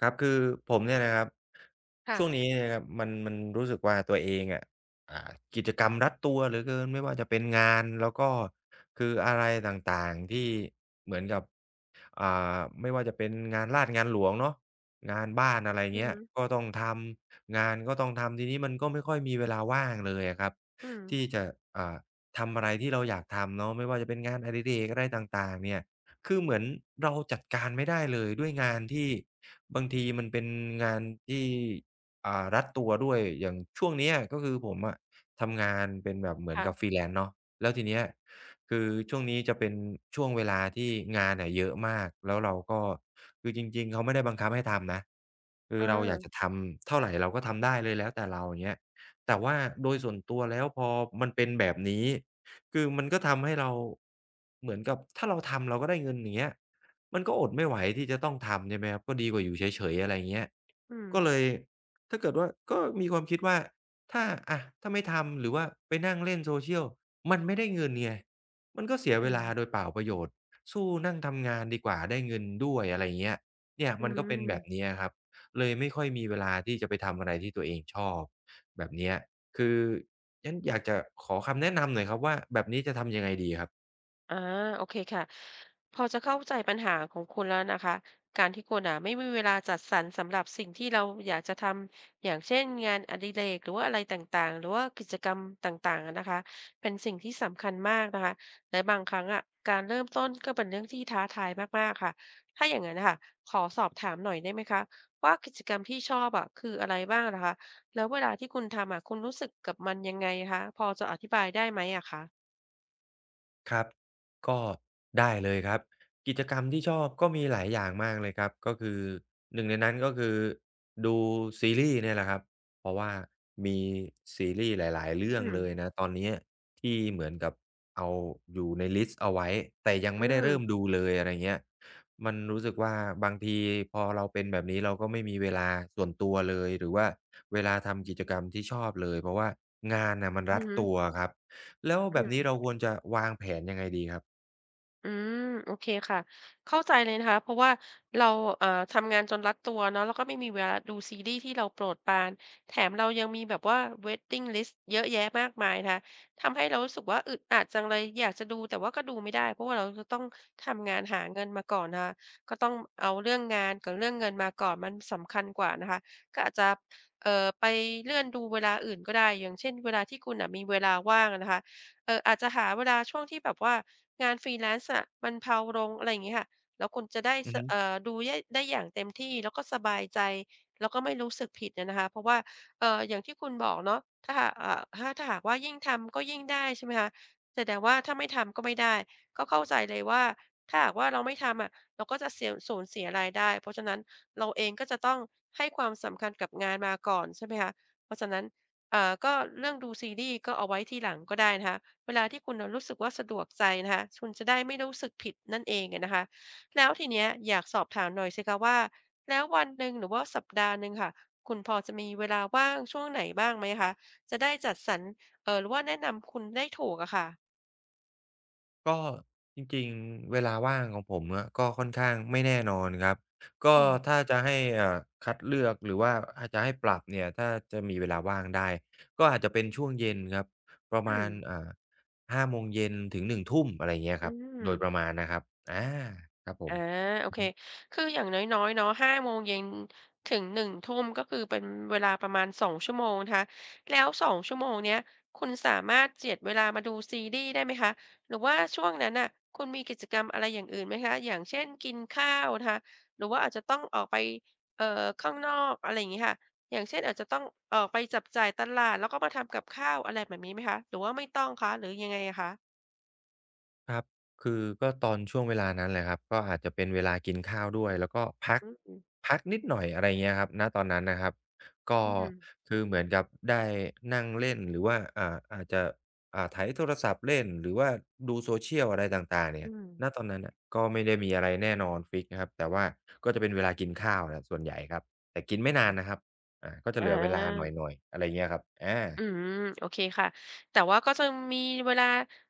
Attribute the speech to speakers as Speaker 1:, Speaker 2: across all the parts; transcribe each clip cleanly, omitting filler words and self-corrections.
Speaker 1: ครับคือผมเนี่ยนะครับช่วงนี้
Speaker 2: ค่ะ
Speaker 1: เนี่ยนะครับมันรู้สึกว่าตัวเองอะอ่ากิจกรรมรัดตัวเหลือเกินไม่ว่าจะเป็นงานแล้วก็คืออะไรต่างๆที่เหมือนกับ อ่ไม่ว่าจะเป็นงานราษฎร์งานหลวงเนาะงานบ้านอะไร
Speaker 2: อือ
Speaker 1: เงี้ย
Speaker 2: ฮึ
Speaker 1: ก็ต้องทำงานก็ต้องทำทีนี้มันก็ไม่ค่อยมีเวลาว่างเลยอะครับ
Speaker 2: อืม
Speaker 1: ที่จะอ่าทำอะไรที่เราอยากทำเนาะไม่ว่าจะเป็นงานอดิเรกอะไรต่างๆเนี่ยคือเหมือนเราจัดการไม่ได้เลยด้วยงานที่บางทีมันเป็นงานที่รัดตัวด้วยอย่างช่วงเนี้ยก็คือผมอะทำงานเป็นแบบเหมือนกับ
Speaker 2: ค่ะ
Speaker 1: Freelance เนาะแล้วทีเนี้ย คือช่วงนี้จะเป็นช่วงเวลาที่งานเน่ยเยอะมาก แล้วเราก็คือจริงๆเขาไม่ได้บังคับให้ทำนะ คื
Speaker 2: เอ
Speaker 1: อ
Speaker 2: อ
Speaker 1: เราอยากจะทำเท่าไรเราก็ทำได้เลยแล้วแต่เราอย่างเงี้ยแต่ว่าโดยส่วนตัวแล้วพอมันเป็นแบบนี้ คือมันก็ทำให้เราเหมือนกับถ้าเราทำเราก็ได้เงินอย่างเงี้ยมันก็อดไม่ไหวที่จะต้องทำใช่ไหมครับก็ดีกว่าอยู่เฉยๆอะไรอย่างเงี้ย
Speaker 2: อืม
Speaker 1: ก็เลยถ้าเกิดว่าก็มีความคิดว่าถ้าถ้าไม่ทำหรือว่าไปนั่งเล่น Social มันไม่ได้เงินไง มันก็เสีย
Speaker 2: อื
Speaker 1: เวลา
Speaker 2: ม
Speaker 1: โดยเปล่าประโยชน์สู้นั่งทำงานดีกว่าได้เงินด้วยอะไรเงี้ยเนี่ย
Speaker 2: อื
Speaker 1: มันก็เป็น
Speaker 2: ม
Speaker 1: แบบเนี้ยครับเลยไม่ค่อยมีเวลาที่จะไปทำอะไรที่ตัวเองชอบแบบเนี้ยคืองั้นอยากจะขอคำแนะนำหน่อยครับว่าแบบนี้จะทำยังไงดีครับ
Speaker 2: อาโอเคค่ะพอจะเข้าใจปัญหาของคุณแล้วนะคะการที่คุณอ่ะไม่มีเวลาจัดสรรสำหรับสิ่งที่เราอยากจะทำอย่างเช่นงานอดิเรกหรือว่าอะไรต่างๆหรือว่ากิจกรรมต่างๆอะนะคะเป็นสิ่งที่สำคัญมากนะคะและบางครั้งอะการเริ่มต้นก็เป็นเรื่องที่ท้าทายมากๆค่ะถ้าอย่างนั้นนะค่ะขอสอบถามหน่อยได้ไหมคะว่ากิจกรรมที่ชอบอะคืออะไรบ้างนะคะแล้วเวลาที่คุณทำอะคุณรู้สึกกับมันยังไงคะพอจะอธิบายได้ไหมอะคะ
Speaker 1: ครับก็ได้เลยครับกิจกรรมที่ชอบก็มีหลายอย่างมากเลยครับก็คือหนึ่งในนั้นก็คือดูซีรีส์เนี่ยแหละครับเพราะว่ามีซีรีส์หลายๆเรื่อ
Speaker 2: อื
Speaker 1: ง
Speaker 2: ม
Speaker 1: เลยนะตอนเนี้ยที่เหมือนกับเอาอยู่ในลิสต์เอาไว้แต่ยัง
Speaker 2: อื
Speaker 1: ไม่ได้
Speaker 2: ม
Speaker 1: เริ่มดูเลยอะไรเงี้ยมันรู้สึกว่าบางทีพอเราเป็นแบบนี้เราก็ไม่มีเวลาส่วนตัวเลยหรือว่าเวลาทำกิจกรรมที่ชอบเลยเพราะว่างานน่ะมัน
Speaker 2: อื
Speaker 1: รัด
Speaker 2: ม
Speaker 1: ตัวครับ แล้ว
Speaker 2: อื
Speaker 1: แบบนี้
Speaker 2: ม
Speaker 1: เราควรจะวางแผนยังไงดีครับ
Speaker 2: อืมโอเคค่ะเข้าใจเลยนะคะเพราะว่าเราทำงานจนรัดตัวเนาะแล้วก็ไม่มีเวลาดูซีรีส์ที่เราโปรดปรานแถมเรายังมีแบบว่า Waiting List เยอะแยะมากมายนะคะทำให้เรารู้สึกว่าอึดอัดจังเลยอยากจะดูแต่ว่าก็ดูไม่ได้เพราะว่าเราจะต้องทำงานหาเงินมาก่อนนะคะก็ต้องเอาเรื่องงานกับเรื่องเงินมาก่อนมันสำคัญกว่านะคะก็อาจจะไปเลื่อนดูเวลาอื่นก็ได้อย่างเช่นเวลาที่คุณอ่ะมีเวลาว่างอนะคะอาจจะหาเวลาช่วงที่แบบว่า งาน freelance อะมันเพลาลงอะไรอย่างงี้ค่ะแล้วคุณจะได้
Speaker 1: อื
Speaker 2: ส
Speaker 1: อฮึ
Speaker 2: ดูแย่ได้อย่างเต็มที่แล้วก็สบายใจแล้วก็ไม่รู้สึกผิดอะนะคะเพราะว่าอย่างที่คุณบอกเนาะถ้าหากว่ายิ่งทำก็ยิ่งได้ใช่ไหมคะแต่ว่าถ้าไม่ทำก็ไม่ได้ก็เข้าใจเลยว่าถ้าหากว่าเราไม่ทำอะเราก็จะเสียสูญเสียรายได้เพราะฉะนั้นเราเองก็จะต้องให้ความสำคัญกับงานมาก่อนใช่ไหมคะเพราะฉะนั้นก็เรื่องดูซีรีส์ก็เอาไว้ทีหลังก็ได้นะคะ เวลาที่คุณน่ะรู้สึกว่าสะดวกใจนะคะ คุณจะได้ไม่รู้สึกผิดนั่นเองอะนะคะแล้วทีเนี้ยอยากสอบถามหน่อยสิคะว่าแล้ววันหนึ่งหรือว่าสัปดาห์หนึ่งค่ะ คุณพอจะมีเวลาว่างช่วงไหนบ้างไหมคะ จะได้จัดสรรหรือว่าแนะนำคุณได้ถูกอะค่ะ
Speaker 1: ก็จริงๆเวลาว่างของผมอะก็ค่อนข้างไม่แน่นอนครับก็
Speaker 2: อืม
Speaker 1: ถ้าจะให้คัดเลือกหรือว่าอาจจะให้ปรับเนี่ยถ้าจะมีเวลาว่างได้ก็อาจจะเป็นช่วงเย็นครับประ
Speaker 2: อื
Speaker 1: มา
Speaker 2: ม
Speaker 1: ณ5โมงเย็นถึงหนึ่งทุ่มอะไรเงี้ยค
Speaker 2: อื
Speaker 1: รับ
Speaker 2: ม
Speaker 1: โดยประมาณนะครับอาครับผ
Speaker 2: อา
Speaker 1: ม
Speaker 2: โอเคคืออย่างน้อยๆเนาะ5โมงเย็นถึง1ทุ่มก็คือเป็นเวลาประมาณ2ชั่วโมงนะคะแล้ว2ชั่วโมงเนี้ยคุณสามารถเจียดเวลามาดูซีรีส์ได้ไหมคะหรือว่าช่วงนั้นน่ะคุณมีกิจกรรมอะไรอย่างอื่นไหมคะอย่างเช่นกินข้าวนะคะหรือว่าอาจจะต้องออกไปข้างนอกอะไรอย่างงี้ค่ะอย่างเช่นอาจจะต้องออกไปจับจ่ายตลาดแล้วก็มาทำกับข้าวอะไรแบบนี้ไหมคะหรือว่าไม่ต้องคะหรือยังไงอะคะ
Speaker 1: ครับคือก็ตอนช่วงเวลานั้นแหละครับ ก็อาจจะเป็นเวลากินข้าวด้วยแล้วก็พัก
Speaker 2: อืมอืม
Speaker 1: พักนิดหน่อยอะไรเงี้ยครับณตอนนั้นนะครับก็
Speaker 2: อื
Speaker 1: คือเหมือนกับได้นั่งเล่นหรือว่าอาจจะไถโทรศัพท์เล่นหรือว่าดู social อะไรต่างๆเนี่ย
Speaker 2: ม
Speaker 1: ณตอนนั้นน่ะก็ไม่ได้มีอะไรแน่นอนฟิกซ์นะครับแต่ว่าก็จะเป็นเวลากินข้าวน่ะส่วนใหญ่ครับ แต่กินไม่นาน
Speaker 2: อม
Speaker 1: นะครับก็จะ
Speaker 2: อ
Speaker 1: เหลือเวลาห
Speaker 2: า
Speaker 1: น่อยๆอะไรเงี้ยครับอา
Speaker 2: อืมโอเคค่ะแต่ว่าก็จะมีเวลา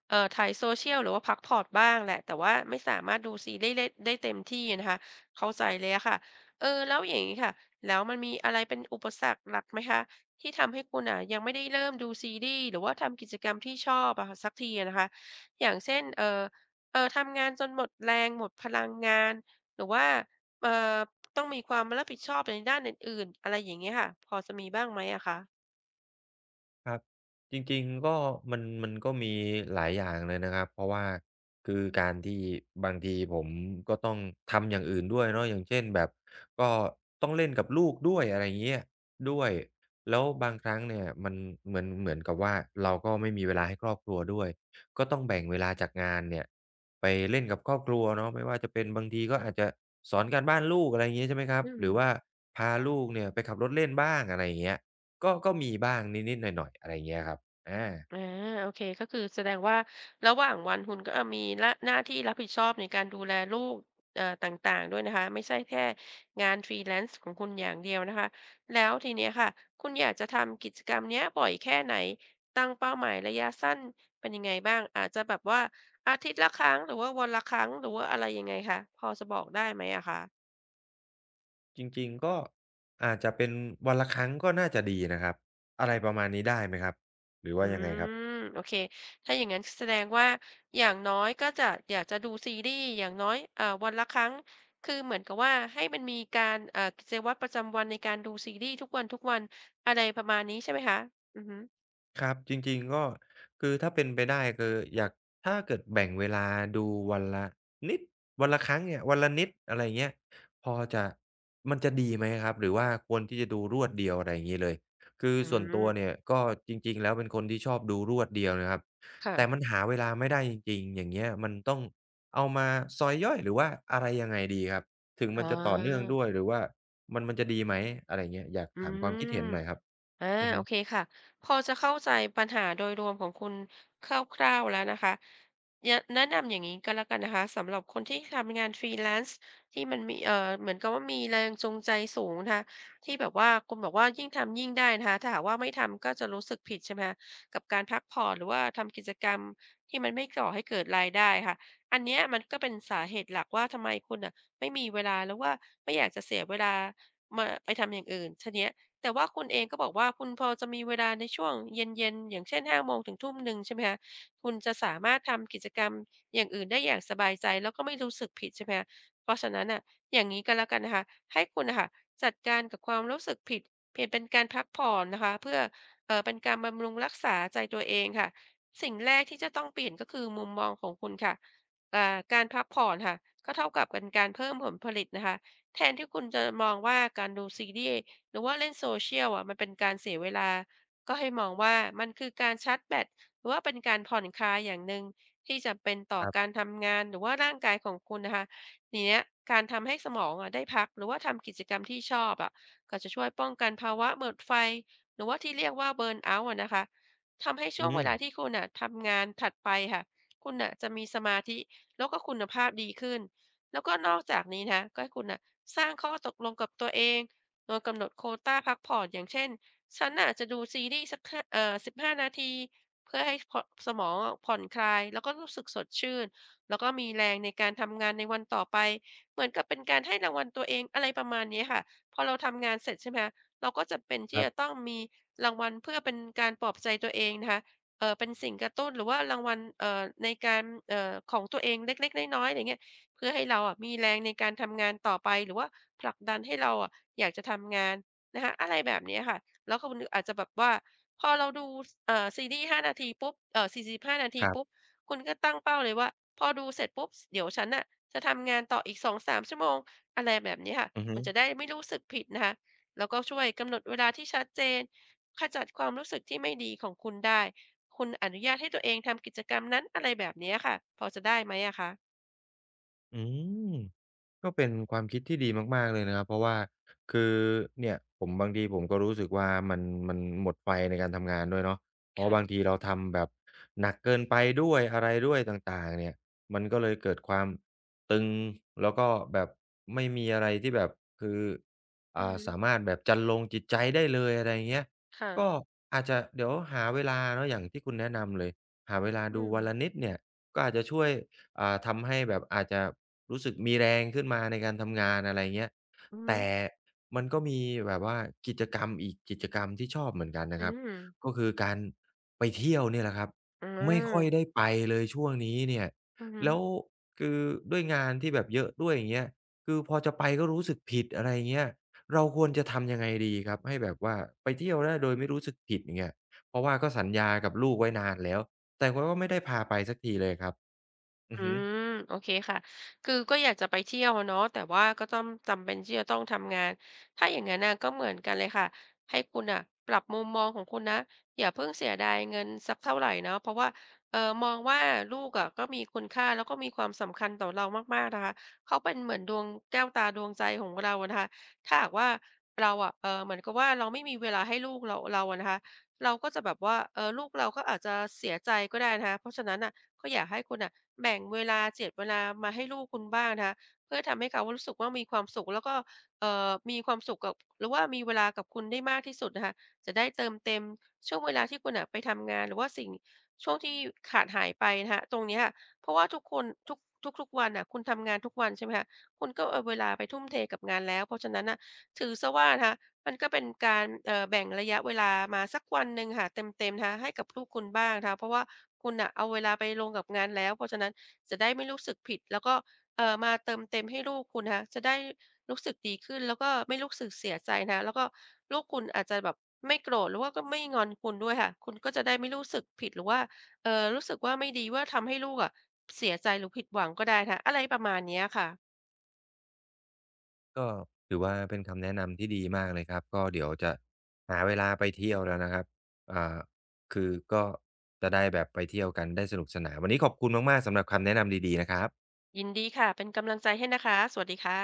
Speaker 2: ไถายโซเชียลหรือว่าพักผ่อนบ้างแหละแต่ว่าไม่สามารถดูซีรีส์ได้เต็มที่นะคะเข้าใจเลยอะค่ะเออแล้วอย่างนี้ค่ะแล้วมันมีอะไรเป็นอุปสรรคหลักไหมคะที่ทำให้คุณอ่ะยังไม่ได้เริ่มดูซีรีส์หรือว่าทำกิจกรรมที่ชอบอะค่ะสักทีอะนะคะอย่างเช่นเออทำงานจนหมดแรงหมดพลังงานหรือว่าเออต้องมีความรับผิดชอบในด้านอื่นๆอะไรอย่างเงี้ยค่ะพอจะมีบ้างไหมอะคะ
Speaker 1: ครับจริงๆก็มันก็มีหลายอย่างเลยนะครับเพราะว่าคือการที่บางทีผมก็ต้องทำอย่างอื่นด้วยเนาะอย่างเช่นแบบก็ต้องเล่นกับลูกด้วยอะไรอย่างเงี้ยด้วยแล้วบางครั้งเนี่ยมันเหมือนกับว่าเราก็ไม่มีเวลาให้ครอบครัวด้วยก็ต้องแบ่งเวลาจากงานเนี่ยไปเล่นกับครอบครัวเนาะไม่ว่าจะเป็นบางทีก็อาจจะสอนการบ้านลูกอะไรอย่างงี้ใช่ไหมครับ
Speaker 2: อืม
Speaker 1: หรือว่าพาลูกเนี่ยไปขับรถเล่นบ้างอะไรอย่างเงี้ย ก็มีบ้างนิดๆหน่อยๆอะไรเงี้ยครับอา
Speaker 2: อาโอเคก็คือแสดงว่าระหว่างวันคุณก็มีหน้าที่รับผิดชอบในการดูแลลูกต่างๆด้วยนะคะไม่ใช่แค่งาน Freelance ของคุณอย่างเดียวนะคะแล้วทีเนี้ยค่ะคุณอยากจะทำกิจกรรมเนี้ยบ่อยแค่ไหนตั้งเป้าหมายระยะสั้นเป็นยังไงบ้างอาจจะแบบว่าอาทิตย์ละครั้งหรือว่าวันละครั้งหรือว่าอะไรยังไงคะพอจะบอกได้ไหมอะคะ
Speaker 1: จริงๆก็อาจจะเป็นวันละครั้งก็น่าจะดีนะครับ อะไรประมาณนี้ได้ไหมครับ หรือ
Speaker 2: อื
Speaker 1: ว่ายังไงครับ
Speaker 2: มโอเคถ้าอย่างนั้นแสดงว่าอย่างน้อยก็จะอยากจะดูซีรีส์อย่างน้อยวันละครั้งคือเหมือนกับว่าให้มันมีการกิจวัตรประจำวันในการดูซีรีส์ทุกวันทุกวันอะไรประมาณนี้ใช่ไหมคะอือฮึ
Speaker 1: ครับจริงๆก็คือถ้าเป็นไปได้คืออยากถ้าเกิดแบ่งเวลาดูวันละนิดวันละครั้งเนี่ยวันละนิดอะไรอย่างเงี้ยพอจะมันจะดีไหมครับหรือว่าควรที่จะดูรวดเดียวอะไรอย่างงี้เลยคือ
Speaker 2: อื
Speaker 1: ส่วนตัวเนี่ย
Speaker 2: ม
Speaker 1: ก็จริงๆแล้วเป็นคนที่ชอบดูรวดเดียวนะครับแต่มัน
Speaker 2: ค่ะ
Speaker 1: หาเวลาไม่ได้จริงๆอย่างเงี้ยมันต้องเอามาซอยย่อยหรือว่าอะไรยังไงดีครับถึงมั
Speaker 2: อ่า
Speaker 1: นจะต่อเนื่องด้วยหรือว่ามันจะดีไหมอะไรอย่างเงี้ยอยาก
Speaker 2: อื
Speaker 1: ถามความคิด
Speaker 2: ม
Speaker 1: เห็นหน่อยครับ
Speaker 2: อ่า
Speaker 1: อือฮึ
Speaker 2: โอเคค่ะพอจะเข้าใจปัญหาโดยรวมของคุณคร่าวๆแล้วนะคะแยะแนะนำอย่างนี้ก็แล้วกันนะคะสำหรับคนที่ทำงาน Freelance ที่มันมีเหมือนกับว่ามีแรงจูงใจสูงนะคะที่แบบว่าคุณบอกว่ายิ่งทำยิ่งได้นะคะถ้าหากว่าไม่ทำก็จะรู้สึกผิดใช่ไหมคะกับการพักผ่อนหรือว่าทำกิจกรรมที่มันไม่ก่อให้เกิดรายได้ค่ะอันเนี้ยมันก็เป็นสาเหตุหลักว่าทำไมคุณอ่ะไม่มีเวลาหรือว่าไม่อยากจะเสียเวลามาไปทำอย่างอื่นทีเนี้ย แต่ว่าคุณเองก็บอกว่าคุณพอจะมีเวลาในช่วงเย็นๆอย่างเช่น5โมงถึง1ึ0 0ใช่ไหมคะคุณจะสามารถทำกิจกรรมอย่างอื่นได้อย่างสบายใจแล้วก็ไม่รู้สึกผิดใช่ไหมคะเพราะฉะนั้นน่ะอย่างงี้ก็แล้วกันนะคะให้คุณน่ะค่ะจัดการกับความรู้สึกผิดเปลี่ยนเป็นการพักผ่อนนะคะเพื่อเป็นการบำรุงรักษาใจตัวเองค่ะสิ่งแรกที่จะต้องเปลี่ยนก็คือมุมมองของคุณค่ะอ่าการพักผ่อนค่ะก็เท่ากับเป็นการเพิ่มผลผลิตนะคะแทนที่คุณจะมองว่าการดูซีรีส์ หรือว่าเล่น social อะมันเป็นการเสียเวลาก็ให้มองว่ามันคือการชาร์จแบตหรือว่าเป็นการผ่อนคลายอย่างหนึ่งที่จำเป็นต่อ
Speaker 1: ครั
Speaker 2: กา
Speaker 1: บ
Speaker 2: รทำงานหรือว่าร่างกายของคุณนะคะทีเนี้ยการทำให้สมองอะได้พักหรือว่าทำกิจกรรมที่ชอบอะก็จะช่วยป้องกันภาวะหมดไฟหรือว่าที่เรียกว่าเบิร์นเอาท์นะคะทำให้ช่
Speaker 1: อื
Speaker 2: วงเว
Speaker 1: ม
Speaker 2: ลาที่คุณอ่ะทำงานถัดไปค่ะคุณอ่ะจะมีสมาธิแล้วก็คุณภาพดีขึ้นแล้วก็นอกจากนี้นะก็ให้คุณอ่ะสร้างข้อตกลงกับตัวเอง โดยกำหนดโควตาพักผ่อนอย่างเช่นฉันน่ะจะดูซีรีส์สักห้า15นาทีเพื่อให้ผ่อสมองอะผ่อนคลายแล้วก็รู้สึกสดชื่นแล้วก็มีแรงในการทำงานในวันต่อไปเหมือนกับเป็นการให้รางวัลตัวเองอะไรประมาณนี้ค่ะพอเราทำงานเสร็จใช่ไหมคะเราก็จะเป็น
Speaker 1: ค
Speaker 2: ที่
Speaker 1: รั
Speaker 2: จะต้
Speaker 1: บ
Speaker 2: องมีรางวัลเพื่อเป็นการปลอบใจตัวเองนะคะเออเป็นสิ่งกระตุ้นหรือว่ารางวัลในการของตัวเองเล็กๆน้อยๆอะไรเงี้ยเพื่อให้เราอะมีแรงในการทำงานต่อไปหรือว่า ผลักดันให้เราอะอยากจะทำงานนะคะอะไรแบบเนี้ยค่ะแล้วก็นึกอาจจะแบบว่าพอเราดูซีรีส์ห้านาทีปุ๊บ45นาที
Speaker 1: ครั
Speaker 2: ปุ๊บ
Speaker 1: บ
Speaker 2: คุณก็ตั้งเป้าเลยว่าพอดูเสร็จปุ๊บเดี๋ยวฉันน่ะจะทำงานต่ออีก2-3ชั่วโมงอะไรแบบนี้ค่ะ
Speaker 1: อือฮึ
Speaker 2: คุณจะได้ไม่รู้สึกผิดนะคะแล้วก็ช่วยกำหนดเวลาที่ชัดเจนขจัดความรู้สึกที่ไม่ดีของคุณได้คุณอนุญาตให้ตัวเองทำกิจกรรมนั้นอะไรแบบเนี้ยค่ะพอจะได้ไหมอะคะ
Speaker 1: อืม ก็เป็นความคิดที่ดีมากๆเลยนะครับเพราะว่าคือเนี่ยผมบางทีผมก็รู้สึกว่ามันหมดไฟในการทำงานด้วยเนาะเพราะบาง
Speaker 2: ค่ะ
Speaker 1: ทีเราทำแบบหนักเกินไปด้วยอะไรด้วยต่างๆเนี่ยมันก็เลยเกิดความตึงแล้วก็แบบไม่มีอะไรที่แบบคือ
Speaker 2: อือฮึ
Speaker 1: สามารถแบบจรรโลงจิตใจได้เลยอะไรอย่างเงี้ย
Speaker 2: ค่ะ
Speaker 1: ก็อาจจะเดี๋ยวหาเวลาเนาะอย่างที่คุณแนะนำเลยหาเวลา
Speaker 2: อื
Speaker 1: ดู
Speaker 2: ม
Speaker 1: วันละนิดเนี่ยก็อาจจะช่วยทำให้แบบอาจจะ รู้สึกมีแรงขึ้นมาในการทำงานอะไรเงี้ย
Speaker 2: อือฮึ
Speaker 1: แต่มันก็มีแบบว่ากิจกรรมอีกกิจกรรมที่ชอบเหมือนกัน
Speaker 2: อื
Speaker 1: นะครับ
Speaker 2: ม
Speaker 1: ก็คือการไปเที่ยวเนี่ยแหละครับ
Speaker 2: อ
Speaker 1: ไม่ค่อยได้
Speaker 2: า
Speaker 1: ไปเลยช่วงนี้เนี่ย
Speaker 2: อือฮึ
Speaker 1: แล้วคือด้วยงานที่แบบเยอะด้วยอย่างเงี้ยคือพอจะไปก็รู้สึกผิดอะไรเงี้ยเราควรจะทำยังไงดีครับให้แบบว่าไปเที่ยวได้โดยไม่รู้สึกผิดอย่างเงี้ยเพราะว่าก็สัญญากับลูกไว้นานแล้วแต่เขาก็ไม่ได้พาไปสักทีเลยครับอื
Speaker 2: อื
Speaker 1: อฮึ
Speaker 2: มโอเคค่ะคือก็อยากจะไปเที่ยวอะเนาะแต่ว่าก็ต้องจำเป็นที่จะต้องทำงาน ถ้าอย่างงั้นน่ะก็เหมือนกันเลยค่ะ ให้คุณน่ะปรับมุมมองของคุณนะอย่าเพิ่งเสียดายเงินสักเท่าไรเนาะเพราะว่ามองว่าลูกอะก็มีคุณค่าแล้วก็มีความสำคัญต่อเรามากๆนะคะเขาเป็นเหมือนดวงแก้วตาดวงใจของเราอะนะคะถ้าหากว่าเราอะเหมือนกับว่าเราไม่มีเวลาให้ลูกเราเราอะนะคะเราก็จะแบบว่าลูกเราก็อาจจะเสียใจก็ได้นะคะเพราะฉะนั้นน่ะ ก็อยากให้คุณอ่ะแบ่งเวลา7เวลามาให้ลูกคุณบ้างนะคะเพื่อทำให้เขารู้สึกว่ามีความสุขแล้วก็มีความสุขกับหรือว่ามีเวลากับคุณได้มากที่สุดนะคะจะได้เติมเต็มช่วงเวลาที่คุณอ่ะไปทำงานหรือว่าสิ่งช่วงที่ขาดหายไปนะคะตรงเนี้ยค่ะเพราะว่าทุกคนทุกทุกวันอ่ะคุณทำงานทุกวันใช่ไหมคะคุณก็เอาเวลาไปทุ่มเทกับงานแล้วเพราะฉะนั้นอ่ะถือซะว่านะคะ มันก็เป็นการแบ่งระยะเวลามาสักวันหนึ่งค่ะเต็มๆนะคะให้กับลูกคุณบ้างนะคะเพราะว่าคุณน่ะเอาเวลาไปลงกับงานแล้วเพราะฉะนั้นจะได้ไม่รู้สึกผิดแล้วก็มาเติมเต็มให้ลูกคุณนะคะจะได้รู้สึกดีขึ้นแล้วก็ไม่รู้สึกเสียใจนะคะแล้วก็ลูกคุณอาจจะแบบไม่โกรธหรือว่าก็ไม่งอนคุณด้วยค่ะคุณก็จะได้ไม่รู้สึกผิดหรือว่ารู้สึกว่าไม่ดีว่าทำให้ลูกอะเสียใจหรือผิดหวังก็ได้นะคะอะไรประมาณเนี้ยค่ะ
Speaker 1: ก็ถือว่าเป็นคำแนะนำที่ดีมากเลยครับก็เดี๋ยวจะหาเวลาไปเที่ยวแล้วนะครับอ่าคือก็จะได้แบบไปเที่ยวกันได้สนุกสนานวันนี้ขอบคุณมากๆสำหรับคำแนะนำดีๆนะครับ
Speaker 2: ยินดีค่ะเป็นกำลังใจให้นะคะสวัสดีค่ะ